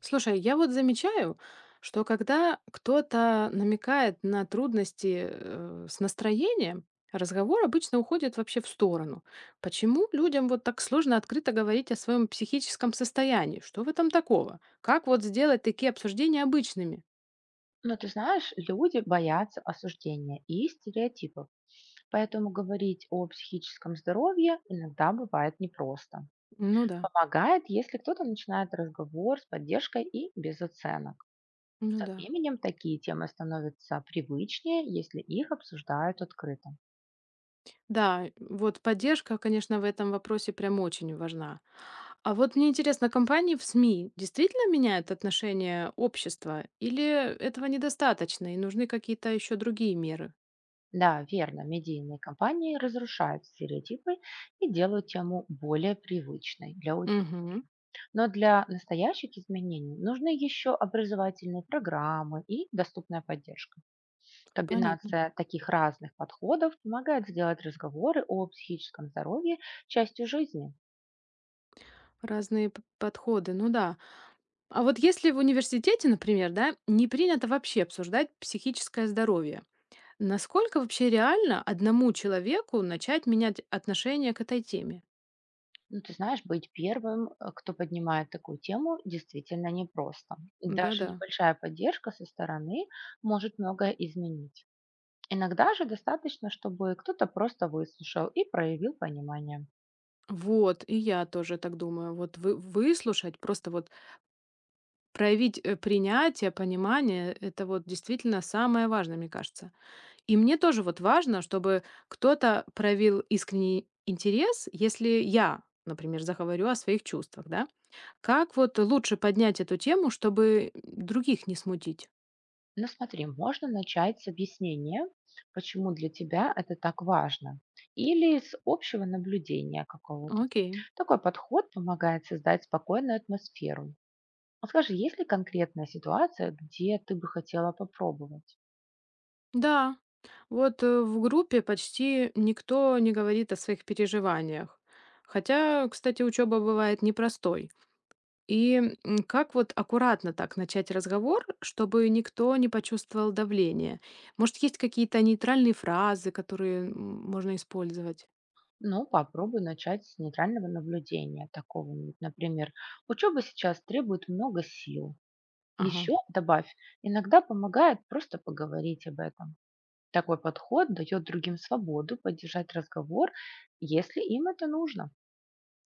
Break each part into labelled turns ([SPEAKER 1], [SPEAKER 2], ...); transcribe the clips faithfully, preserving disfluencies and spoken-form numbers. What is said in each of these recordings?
[SPEAKER 1] Слушай, я вот замечаю, что когда кто-то намекает на трудности э, с настроением, разговор обычно уходит вообще в сторону. Почему людям вот так сложно открыто говорить о своем психическом состоянии? Что в этом такого? Как вот сделать такие обсуждения обычными?
[SPEAKER 2] Но ты знаешь, люди боятся осуждения и стереотипов, поэтому говорить о психическом здоровье иногда бывает непросто.
[SPEAKER 1] Ну да,
[SPEAKER 2] Помогает, если кто-то начинает разговор с поддержкой и без оценок.
[SPEAKER 1] ну
[SPEAKER 2] Со
[SPEAKER 1] да.
[SPEAKER 2] временем такие темы становятся привычнее, если их обсуждают открыто.
[SPEAKER 1] Да, вот поддержка, конечно, в этом вопросе прям очень важна. А вот мне интересно, компании в СМИ действительно меняют отношение общества или этого недостаточно и нужны какие-то еще другие меры?
[SPEAKER 2] Да, верно, медийные компании разрушают стереотипы и делают тему более привычной для аудитории.
[SPEAKER 1] Угу,
[SPEAKER 2] Но для настоящих изменений нужны еще образовательные программы и доступная поддержка.
[SPEAKER 1] понятно.
[SPEAKER 2] Комбинация таких разных подходов помогает сделать разговоры о психическом здоровье частью жизни.
[SPEAKER 1] Разные п- подходы, ну да. А вот если в университете, например, да, не принято вообще обсуждать психическое здоровье, насколько вообще реально одному человеку начать менять отношение к этой теме?
[SPEAKER 2] Ну, ты знаешь, быть первым, э, кто поднимает такую тему, действительно непросто. И даже
[SPEAKER 1] Да-да.
[SPEAKER 2] небольшая поддержка со стороны может многое изменить. Иногда же достаточно, чтобы кто-то просто выслушал и проявил понимание.
[SPEAKER 1] Вот, и я тоже так думаю. Вот вы, выслушать, просто вот проявить, э, принятие, понимание — это вот действительно самое важное, мне кажется. И мне тоже вот важно, чтобы кто-то проявил искренний интерес, если я, например, заговорю о своих чувствах, да. Как вот лучше поднять эту тему, чтобы других не смутить?
[SPEAKER 2] Ну смотри, можно начать с объяснения, почему для тебя это так важно, или с общего наблюдения какого-то.
[SPEAKER 1] Окей.
[SPEAKER 2] Такой подход помогает создать спокойную атмосферу. А скажи, есть ли конкретная ситуация, где ты бы хотела попробовать?
[SPEAKER 1] Да. Вот, э, в группе почти никто не говорит о своих переживаниях. Хотя, кстати, учеба бывает непростой. И, м, как вот аккуратно так начать разговор, чтобы никто не почувствовал давления? Может, есть какие-то нейтральные фразы, которые, м, можно использовать?
[SPEAKER 2] Ну, попробуй начать с нейтрального наблюдения такого. Ну, например, учеба сейчас требует много сил.
[SPEAKER 1] Ага.
[SPEAKER 2] Еще добавь, иногда помогает просто поговорить об этом. Такой подход дает другим свободу поддержать разговор, если им это нужно.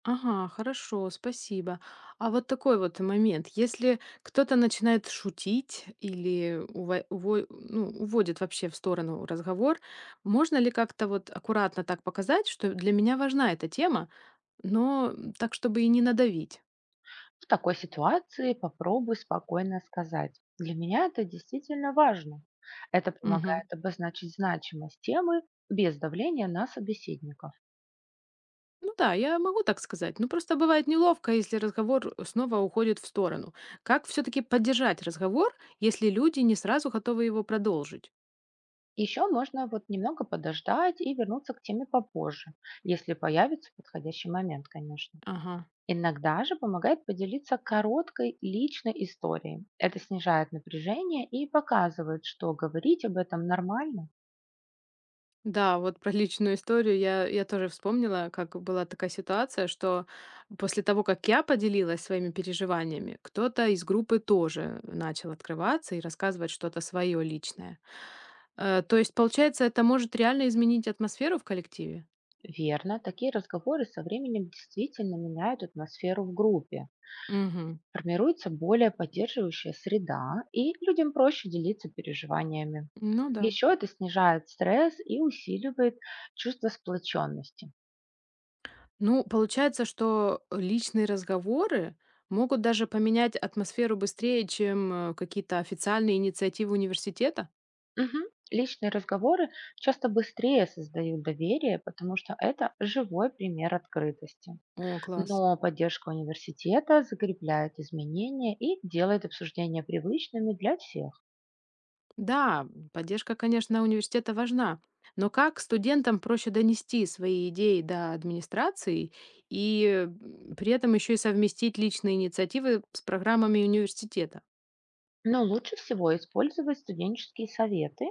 [SPEAKER 1] Ага, хорошо, спасибо. А вот такой вот момент. Если кто-то начинает шутить или уво уво ну, уводит вообще в сторону разговор, можно ли как-то вот аккуратно так показать, что для меня важна эта тема, но м, так, чтобы и не надавить?
[SPEAKER 2] В такой ситуации попробуй спокойно сказать. Для меня это действительно важно. Это
[SPEAKER 1] Мгм.
[SPEAKER 2] помогает обозначить значимость темы без давления на собеседников.
[SPEAKER 1] Ну да, я могу так сказать. Ну просто бывает неловко, если разговор снова уходит в сторону. Как все-таки поддержать разговор, если люди не сразу готовы его продолжить?
[SPEAKER 2] Еще можно вот немного подождать и вернуться к теме попозже, если появится подходящий момент, конечно.
[SPEAKER 1] Ага.
[SPEAKER 2] Иногда же помогает поделиться короткой личной историей. Это снижает напряжение и показывает, что говорить об этом нормально.
[SPEAKER 1] Да, вот про личную историю я, я тоже вспомнила, как была такая ситуация, что после того, как я поделилась своими переживаниями, кто-то из группы тоже начал открываться и рассказывать что-то свое личное. Э, то есть, получается, это может реально изменить атмосферу в коллективе?
[SPEAKER 2] Верно, такие разговоры со временем действительно меняют атмосферу в группе.
[SPEAKER 1] Угу.
[SPEAKER 2] Формируется более поддерживающая среда, и людям проще делиться переживаниями.
[SPEAKER 1] Ну да.
[SPEAKER 2] Еще это снижает стресс и усиливает чувство сплоченности.
[SPEAKER 1] Ну, получается, что личные разговоры могут даже поменять атмосферу быстрее, чем э, какие-то официальные инициативы университета?
[SPEAKER 2] Мгм. Личные разговоры часто быстрее создают доверие, потому что это живой пример открытости.
[SPEAKER 1] О, класс.
[SPEAKER 2] Но поддержка университета закрепляет изменения и делает обсуждения привычными для всех.
[SPEAKER 1] Да, поддержка, конечно, университета важна. Но как студентам проще донести свои идеи до администрации и э, м, при этом еще и совместить личные инициативы с программами университета?
[SPEAKER 2] Но лучше всего использовать студенческие советы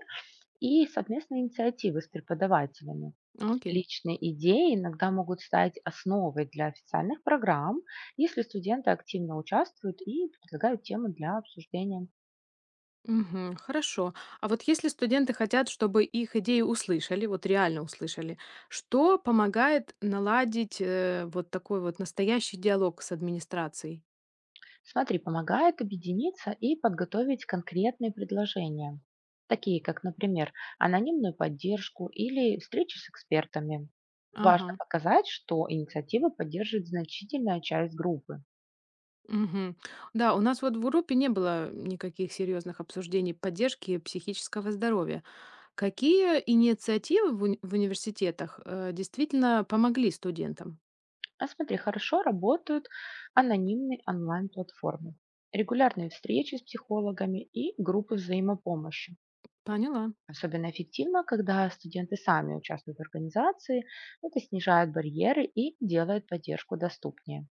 [SPEAKER 2] и совместные инициативы с преподавателями.
[SPEAKER 1] Окей.
[SPEAKER 2] Личные идеи иногда могут стать основой для официальных программ, если студенты активно участвуют и предлагают темы для обсуждения.
[SPEAKER 1] Мгм. Хорошо. А вот если студенты хотят, чтобы их идеи услышали, вот реально услышали, что помогает наладить э, вот такой вот настоящий диалог с администрацией?
[SPEAKER 2] Смотри, помогает объединиться и подготовить конкретные предложения, такие как, например, анонимную поддержку или встречи с экспертами.
[SPEAKER 1] Ага.
[SPEAKER 2] Важно показать, что инициатива поддерживает значительная часть группы.
[SPEAKER 1] Мгм. Да, у нас вот в группе не было никаких серьезных обсуждений поддержки психического здоровья. Какие инициативы в уни- в университетах э, действительно помогли студентам?
[SPEAKER 2] А смотри, хорошо работают анонимные онлайн-платформы, регулярные встречи с психологами и группы взаимопомощи.
[SPEAKER 1] Поняла.
[SPEAKER 2] Особенно эффективно, когда студенты сами участвуют в организации, это снижает барьеры и делает поддержку доступнее.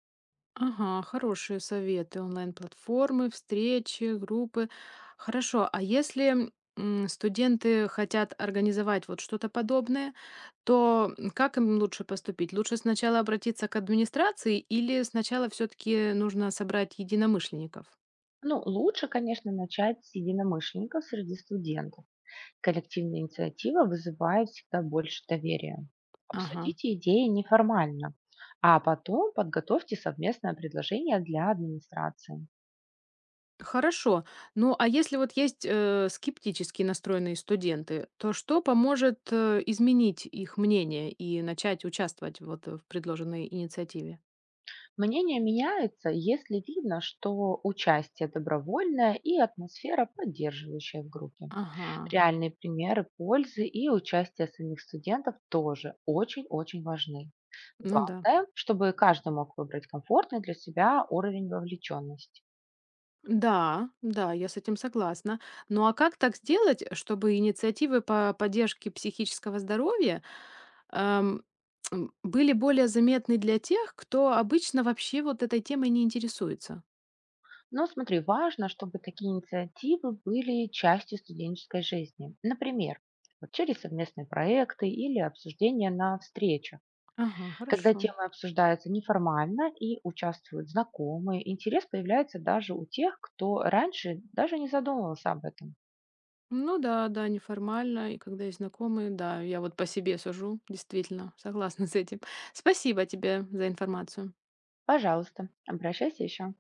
[SPEAKER 1] Ага, хорошие советы. Онлайн-платформы, встречи, группы. Хорошо, а если м, студенты хотят организовать вот что-то подобное, то м, как им лучше поступить? Лучше сначала обратиться к администрации или сначала все-таки нужно собрать единомышленников?
[SPEAKER 2] Ну, лучше, конечно, начать с единомышленников среди студентов. Коллективная инициатива вызывает всегда больше доверия.
[SPEAKER 1] Ага.
[SPEAKER 2] Обсудите идеи неформально, а потом подготовьте совместное предложение для администрации.
[SPEAKER 1] Хорошо. Ну, а если вот есть э, скептически настроенные студенты, то что поможет э, изменить их мнение и начать участвовать вот в предложенной инициативе?
[SPEAKER 2] Мнение меняется, если видно, что участие добровольное и атмосфера поддерживающая в группе.
[SPEAKER 1] Ага.
[SPEAKER 2] Реальные примеры пользы и участие самих студентов тоже очень-очень важны.
[SPEAKER 1] Ну да.
[SPEAKER 2] Главное, чтобы каждый мог выбрать комфортный для себя уровень вовлеченности.
[SPEAKER 1] Да, да, я с этим согласна. Ну а как так сделать, чтобы инициативы по поддержке психического здоровья эм, м, были более заметны для тех, кто обычно вообще вот этой темой не интересуется?
[SPEAKER 2] Но смотри, важно, чтобы такие инициативы были частью студенческой жизни. Например, вот через совместные проекты или обсуждения на встречах.
[SPEAKER 1] Ага,
[SPEAKER 2] Когда
[SPEAKER 1] хорошо.
[SPEAKER 2] темы обсуждаются неформально и участвуют знакомые, интерес появляется даже у тех, кто раньше даже не задумывался об этом.
[SPEAKER 1] Ну да, да, неформально, и когда есть знакомые, да, я вот по себе сужу, действительно, согласна с этим. Спасибо тебе за информацию.
[SPEAKER 2] Пожалуйста, обращайся еще.